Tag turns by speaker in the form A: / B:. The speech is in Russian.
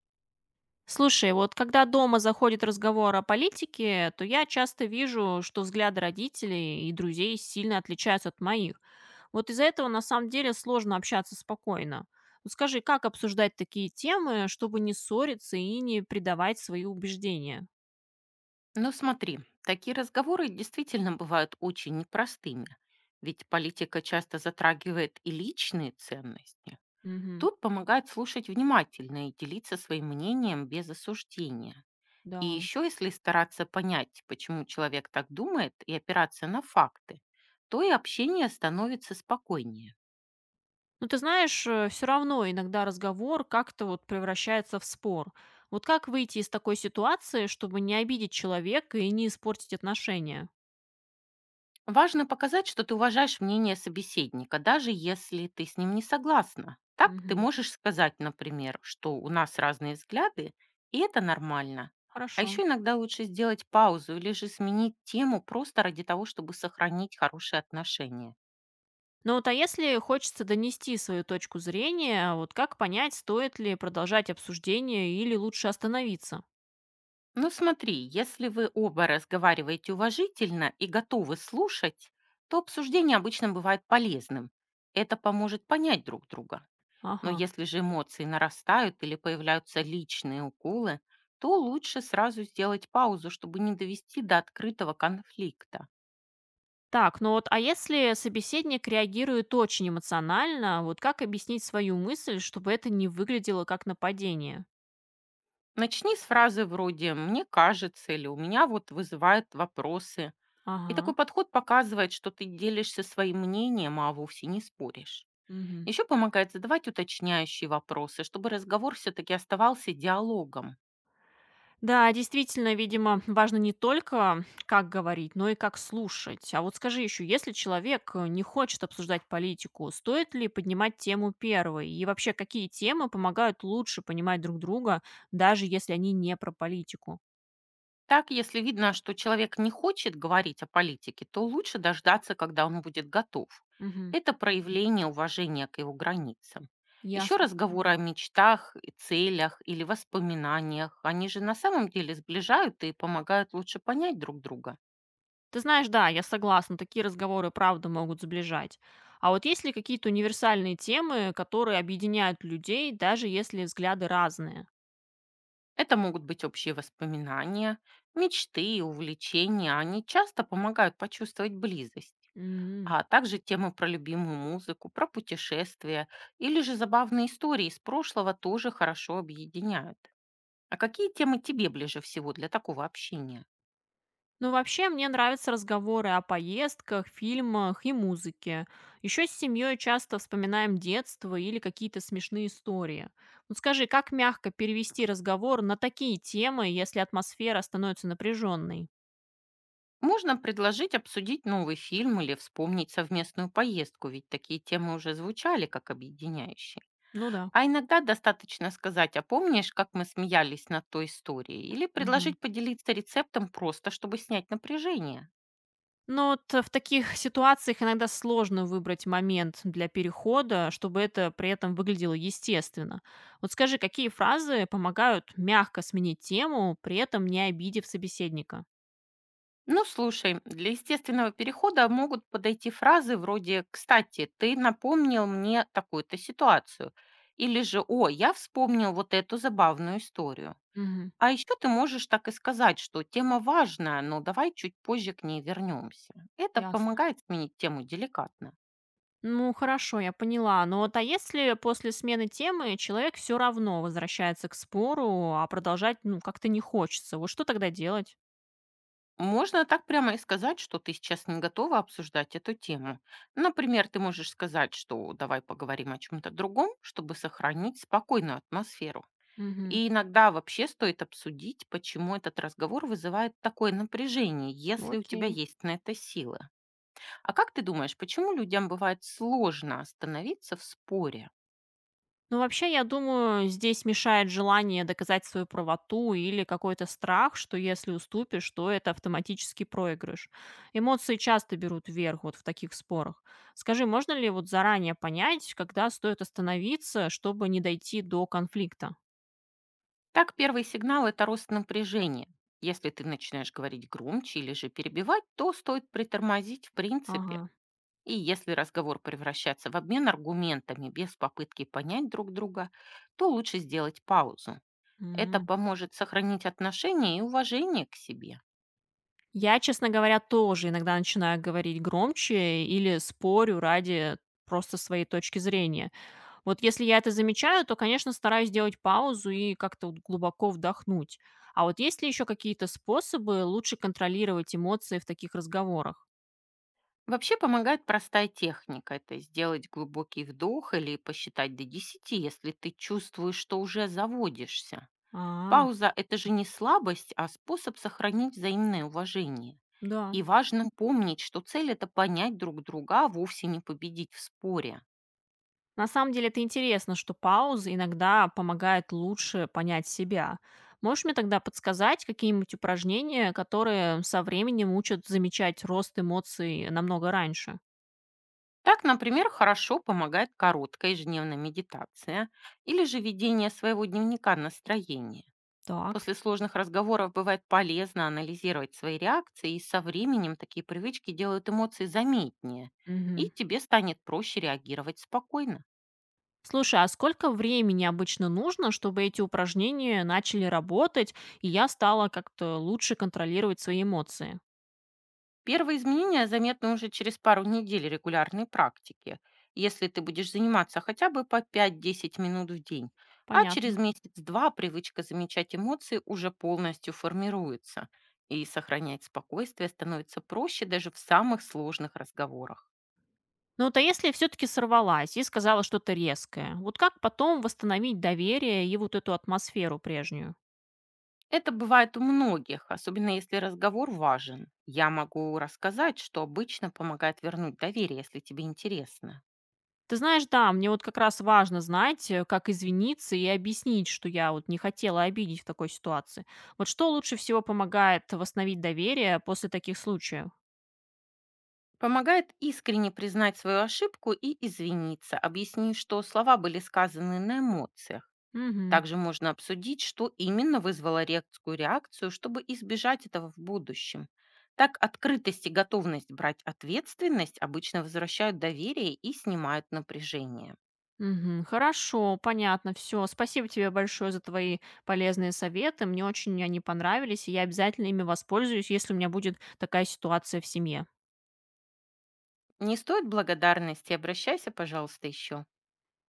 A: Слушай, вот когда дома заходит разговор о политике, то я часто вижу, что взгляды родителей и друзей сильно отличаются от моих. Вот из-за этого на самом деле сложно общаться спокойно. Вот скажи, как обсуждать такие темы, чтобы не ссориться и не предавать свои убеждения?
B: Но смотри, такие разговоры действительно бывают очень непростыми, ведь политика часто затрагивает и личные ценности.
A: Мгм,
B: Тут помогает слушать внимательно и делиться своим мнением без осуждения. И
A: да.
B: еще если стараться понять, почему человек так думает, и опираться на факты, то и общение становится спокойнее.
A: Ну, ты знаешь, все равно иногда разговор как-то вот превращается в спор. Вот как выйти из такой ситуации, чтобы не обидеть человека и не испортить отношения?
B: Важно показать, что ты уважаешь мнение собеседника, даже если ты с ним не согласна. Так ты
A: Мгм,
B: можешь сказать, например, что у нас разные взгляды, и это нормально. А
A: хорошо.
B: еще иногда лучше сделать паузу или же сменить тему просто ради того, чтобы сохранить хорошие отношения.
A: Ну вот, а если хочется донести свою точку зрения, вот как понять, стоит ли продолжать обсуждение или лучше остановиться?
B: Ну смотри, если вы оба разговариваете уважительно и готовы слушать, то обсуждение обычно бывает полезным. Это поможет понять друг друга. Но
A: Ага.
B: если же эмоции нарастают или появляются личные уколы, то лучше сразу сделать паузу, чтобы не довести до открытого конфликта.
A: Так, ну вот, а если собеседник реагирует очень эмоционально, вот как объяснить свою мысль, чтобы это не выглядело как нападение?
B: Начни с фразы вроде «мне кажется» или «у меня вот вызывает вопросы». И такой
A: Ага.
B: подход показывает, что ты делишься своим мнением, а вовсе не споришь.
A: Мгм.
B: Еще помогает задавать уточняющие вопросы, чтобы разговор все-таки оставался диалогом.
A: Да, действительно, видимо, важно не только как говорить, но и как слушать. А вот скажи еще, если человек не хочет обсуждать политику, стоит ли поднимать тему первой? И вообще, какие темы помогают лучше понимать друг друга, даже если они не про политику?
B: Так, если видно, что человек не хочет говорить о политике, то лучше дождаться, когда он будет готов.
A: Мгм,
B: Это проявление уважения к его границам. Еще
A: ясно.
B: разговоры о мечтах, и целях или воспоминаниях, они же на самом деле сближают и помогают лучше понять друг друга.
A: Ты знаешь, да, я согласна, такие разговоры правда могут сближать. А вот есть ли какие-то универсальные темы, которые объединяют людей, даже если взгляды разные?
B: Это могут быть общие воспоминания, мечты и увлечения, они часто помогают почувствовать близость.
A: М.
B: А также темы про любимую музыку, про путешествия или же забавные истории из прошлого тоже хорошо объединяют. А какие темы тебе ближе всего для такого общения?
A: Ну, вообще, мне нравятся разговоры о поездках, фильмах и музыке. Еще с семьей часто вспоминаем детство или какие-то смешные истории. Вот скажи, как мягко перевести разговор на такие темы, если атмосфера становится напряженной?
B: Можно предложить обсудить новый фильм или вспомнить совместную поездку, ведь такие темы уже звучали как объединяющие.
A: Ну да.
B: А иногда достаточно сказать, а помнишь, как мы смеялись над той историей? Или
A: Мгм.
B: предложить поделиться рецептом просто, чтобы снять напряжение.
A: Ну вот в таких ситуациях иногда сложно выбрать момент для перехода, чтобы это при этом выглядело естественно. Вот скажи, какие фразы помогают мягко сменить тему, при этом не обидев собеседника?
B: Ну, слушай, для естественного перехода могут подойти фразы вроде «Кстати, ты напомнил мне такую-то ситуацию» или же «О, я вспомнил вот эту забавную историю».
A: Мгм.
B: А еще ты можешь так и сказать, что тема важная, но давай чуть позже к ней вернемся. Это
A: Ясно.
B: помогает сменить тему деликатно.
A: Ну, хорошо, я поняла. Но вот, а если после смены темы человек все равно возвращается к спору, а продолжать, ну, как-то не хочется, вот что тогда делать?
B: Можно так прямо и сказать, что ты сейчас не готова обсуждать эту тему. Например, ты можешь сказать, что давай поговорим о чем-то другом, чтобы сохранить спокойную атмосферу.
A: Мгм.
B: И иногда вообще стоит обсудить, почему этот разговор вызывает такое напряжение, если у тебя
A: Окей.
B: есть на это силы. А как ты думаешь, почему людям бывает сложно остановиться в споре?
A: Ну, вообще, я думаю, здесь мешает желание доказать свою правоту или какой-то страх, что если уступишь, то это автоматически проигрыш. Эмоции часто берут верх вот в таких спорах. Скажи, можно ли вот заранее понять, когда стоит остановиться, чтобы не дойти до конфликта?
B: Так, первый сигнал– это рост напряжения. Если ты начинаешь говорить громче или же перебивать, то стоит притормозить в принципе.
A: Ага.
B: И если разговор превращается в обмен аргументами без попытки понять друг друга, то лучше сделать паузу. Это
A: М.
B: поможет сохранить отношения и уважение к себе.
A: Я, честно говоря, тоже иногда начинаю говорить громче или спорю ради просто своей точки зрения. Вот если я это замечаю, то, конечно, стараюсь делать паузу и как-то вот глубоко вдохнуть. А вот есть ли еще какие-то способы лучше контролировать эмоции в таких разговорах?
B: Вообще помогает простая техника. Это сделать глубокий вдох или посчитать до десяти, если ты чувствуешь, что уже заводишься.
A: А,
B: Пауза– это же не слабость, а способ сохранить взаимное уважение.
A: да.
B: И важно помнить, что цель– это понять друг друга, а вовсе не победить в споре.
A: На самом деле это интересно, что паузы иногда помогают лучше понять себя. Можешь мне тогда подсказать какие-нибудь упражнения, которые со временем учат замечать рост эмоций намного раньше?
B: Так, например, хорошо помогает короткая ежедневная медитация или же ведение своего дневника настроения.
A: Так.
B: После сложных разговоров бывает полезно анализировать свои реакции, и со временем такие привычки делают эмоции заметнее, и
A: Мгм.
B: тебе станет проще реагировать спокойно.
A: Слушай, а сколько времени обычно нужно, чтобы эти упражнения начали работать, и я стала как-то лучше контролировать свои эмоции?
B: Первые изменения заметны уже через пару недель регулярной практики, если ты будешь заниматься хотя бы по 5-10 минут в день, а через
A: Понятно.
B: месяц-два привычка замечать эмоции уже полностью формируется, и сохранять спокойствие становится проще даже в самых сложных разговорах.
A: Ну вот, а если все-таки сорвалась и сказала что-то резкое, вот как потом восстановить доверие и вот эту атмосферу прежнюю?
B: Это бывает у многих, особенно если разговор важен. Я могу рассказать, что обычно помогает вернуть доверие, если тебе интересно.
A: Ты знаешь, да, мне вот как раз важно знать, как извиниться и объяснить, что я вот не хотела обидеть в такой ситуации. Вот что лучше всего помогает восстановить доверие после таких случаев?
B: Помогает искренне признать свою ошибку и извиниться, объяснить, что слова были сказаны на эмоциях.
A: Мгм.
B: Также можно обсудить, что именно вызвало резкую реакцию, чтобы избежать этого в будущем. Так открытость и готовность брать ответственность обычно возвращают доверие и снимают напряжение.
A: Мгм. Хорошо, понятно, все. Спасибо тебе большое за твои полезные советы. Мне очень они понравились, и я обязательно ими воспользуюсь, если у меня будет такая ситуация в семье.
B: Не стоит благодарности, обращайся, пожалуйста, еще.